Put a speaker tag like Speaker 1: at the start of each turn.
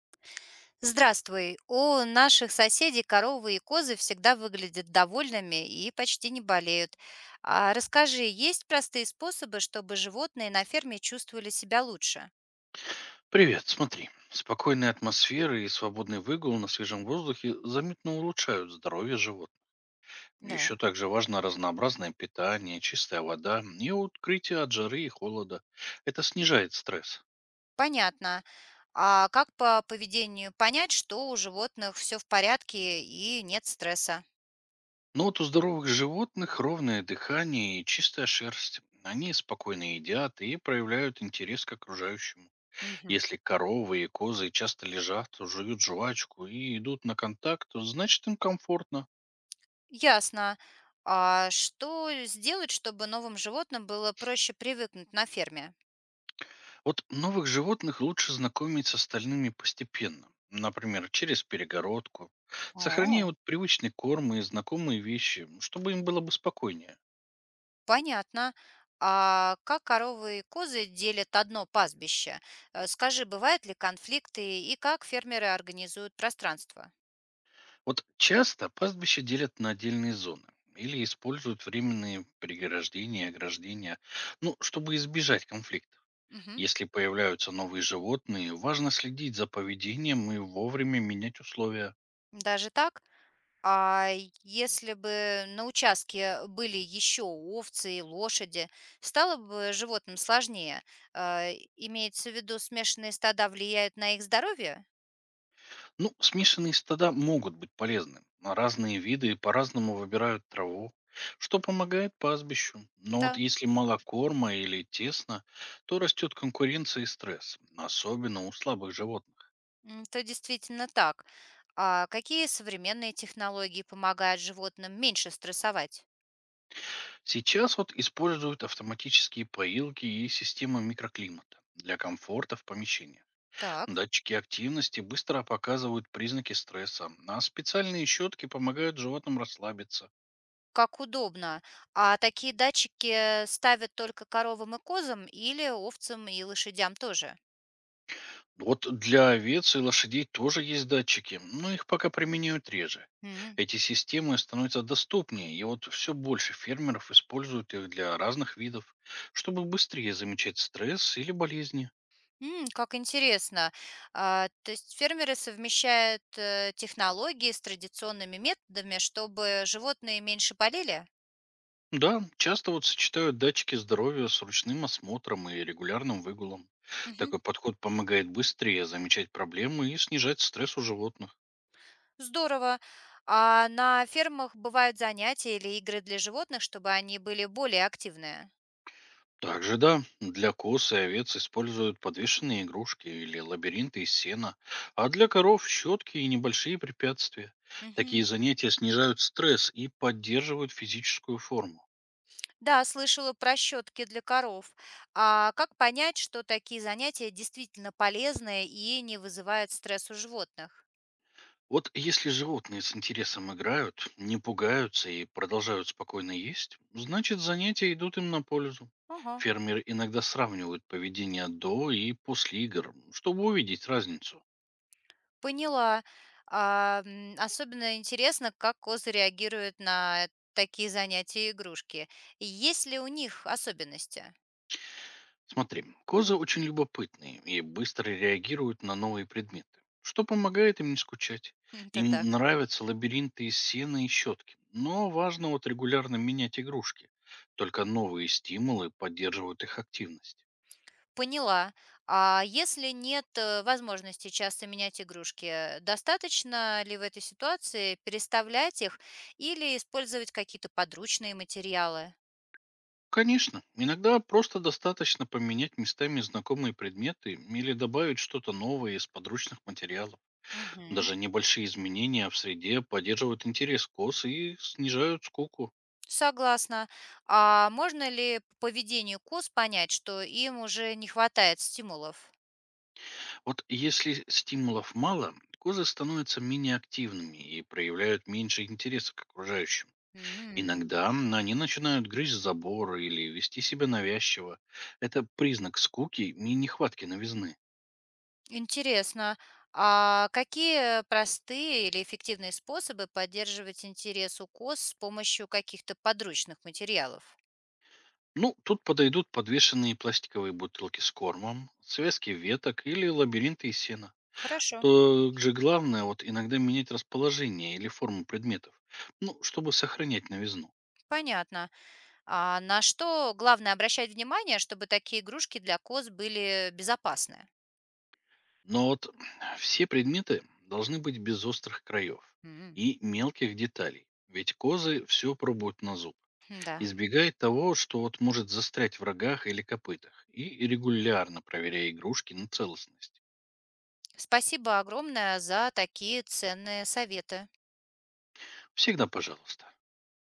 Speaker 1: Здравствуй. У наших соседей коровы и козы всегда выглядят довольными и почти не болеют. А расскажи, есть простые способы, чтобы животные на ферме чувствовали себя лучше?
Speaker 2: Привет, смотри. Спокойная атмосфера и свободный выгул на свежем воздухе заметно улучшают здоровье животных. Еще
Speaker 1: Да.
Speaker 2: также важно разнообразное питание, чистая вода и открытие от жары и холода. Это снижает стресс.
Speaker 1: Понятно. А как по поведению понять, что у животных все в порядке и нет стресса?
Speaker 2: Но вот у здоровых животных ровное дыхание и чистая шерсть. Они спокойно едят и проявляют интерес к окружающему.
Speaker 1: Мгм.
Speaker 2: Если коровы и козы часто лежат, жуют жвачку и идут на контакт, то значит им комфортно.
Speaker 1: Ясно. А что сделать, чтобы новым животным было проще привыкнуть на ферме?
Speaker 2: Вот новых животных лучше знакомить с остальными постепенно. Например, через перегородку. Сохраняя
Speaker 1: А.
Speaker 2: вот привычный корм и знакомые вещи, ну, чтобы им было бы спокойнее.
Speaker 1: Понятно. А как коровы и козы делят одно пастбище? Скажи, бывают ли конфликты и как фермеры организуют пространство?
Speaker 2: Вот часто пастбища делят на отдельные зоны или используют временные приграждения и ограждения, ну, чтобы избежать конфликтов.
Speaker 1: Мгм.
Speaker 2: Если появляются новые животные, важно следить за поведением и вовремя менять условия.
Speaker 1: Даже так? А если бы на участке были еще овцы и лошади, стало бы животным сложнее? Имеется в виду, смешанные стада влияют на их здоровье?
Speaker 2: Ну, смешанные стада могут быть полезны, но разные виды по-разному выбирают траву, что помогает пастбищу. Но вот
Speaker 1: Да,
Speaker 2: если мало корма или тесно, то растет конкуренция и стресс, особенно у слабых животных.
Speaker 1: это действительно так. А какие современные технологии помогают животным меньше стрессовать?
Speaker 2: Сейчас вот используют автоматические поилки и системы микроклимата для комфорта в помещении.
Speaker 1: Так.
Speaker 2: Датчики активности быстро показывают признаки стресса, а специальные щетки помогают животным расслабиться.
Speaker 1: Как удобно. А такие датчики ставят только коровам и козам или овцам и лошадям тоже?
Speaker 2: Вот для овец и лошадей тоже есть датчики, но их пока применяют реже.
Speaker 1: М,
Speaker 2: Эти системы становятся доступнее, и вот все больше фермеров используют их для разных видов, чтобы быстрее замечать стресс или болезни.
Speaker 1: м, как интересно. А, то есть фермеры совмещают технологии с традиционными методами, чтобы животные меньше болели?
Speaker 2: Да, часто вот сочетают датчики здоровья с ручным осмотром и регулярным выгулом.
Speaker 1: Мгм.
Speaker 2: Такой подход помогает быстрее замечать проблемы и снижать стресс у животных.
Speaker 1: Здорово. А на фермах бывают занятия или игры для животных, чтобы они были более активные?
Speaker 2: Также да, для коз и овец используют подвешенные игрушки или лабиринты из сена, а для коров щетки и небольшие препятствия. Такие
Speaker 1: Мгм.
Speaker 2: занятия снижают стресс и поддерживают физическую форму.
Speaker 1: Да, слышала про щетки для коров. А как понять, что такие занятия действительно полезны и не вызывают стресс у животных?
Speaker 2: Вот если животные с интересом играют, не пугаются и продолжают спокойно есть, значит занятия идут им на пользу.
Speaker 1: Ага,
Speaker 2: Фермеры иногда сравнивают поведение до и после игр, чтобы увидеть разницу.
Speaker 1: поняла. А, особенно интересно, как козы реагируют на такие занятия и игрушки. Есть ли у них особенности?
Speaker 2: Смотри, козы очень любопытные и быстро реагируют на новые предметы, что помогает им не скучать.
Speaker 1: Это
Speaker 2: Им
Speaker 1: так.
Speaker 2: нравятся лабиринты из сена и щетки, но важно вот регулярно менять игрушки. Только новые стимулы поддерживают их активность.
Speaker 1: Поняла. А если нет возможности часто менять игрушки, достаточно ли в этой ситуации переставлять их или использовать какие-то подручные материалы?
Speaker 2: Конечно, иногда просто достаточно поменять местами знакомые предметы или добавить что-то новое из подручных материалов.
Speaker 1: Мгм.
Speaker 2: Даже небольшие изменения в среде поддерживают интерес коз и снижают скуку.
Speaker 1: Согласна. А можно ли по поведению коз понять, что им уже не хватает стимулов?
Speaker 2: Вот если стимулов мало, козы становятся менее активными и проявляют меньше интереса к окружающим.
Speaker 1: М,
Speaker 2: Иногда они начинают грызть заборы или вести себя навязчиво. Это признак скуки и нехватки новизны.
Speaker 1: интересно. А какие простые или эффективные способы поддерживать интерес у коз с помощью каких-то подручных материалов?
Speaker 2: Ну, тут подойдут подвешенные пластиковые бутылки с кормом, связки веток или лабиринты из сена.
Speaker 1: Хорошо.
Speaker 2: То же главное, вот иногда менять расположение или форму предметов, ну, чтобы сохранять новизну.
Speaker 1: Понятно. А на что главное обращать внимание, чтобы такие игрушки для коз были безопасны?
Speaker 2: Но вот все предметы должны быть без острых краев
Speaker 1: М,
Speaker 2: и мелких деталей. Ведь козы все пробуют на зуб.
Speaker 1: да.
Speaker 2: Избегай того, что вот может застрять в рогах или копытах. И регулярно проверяй игрушки на целостность.
Speaker 1: Спасибо огромное за такие ценные советы.
Speaker 2: Всегда пожалуйста.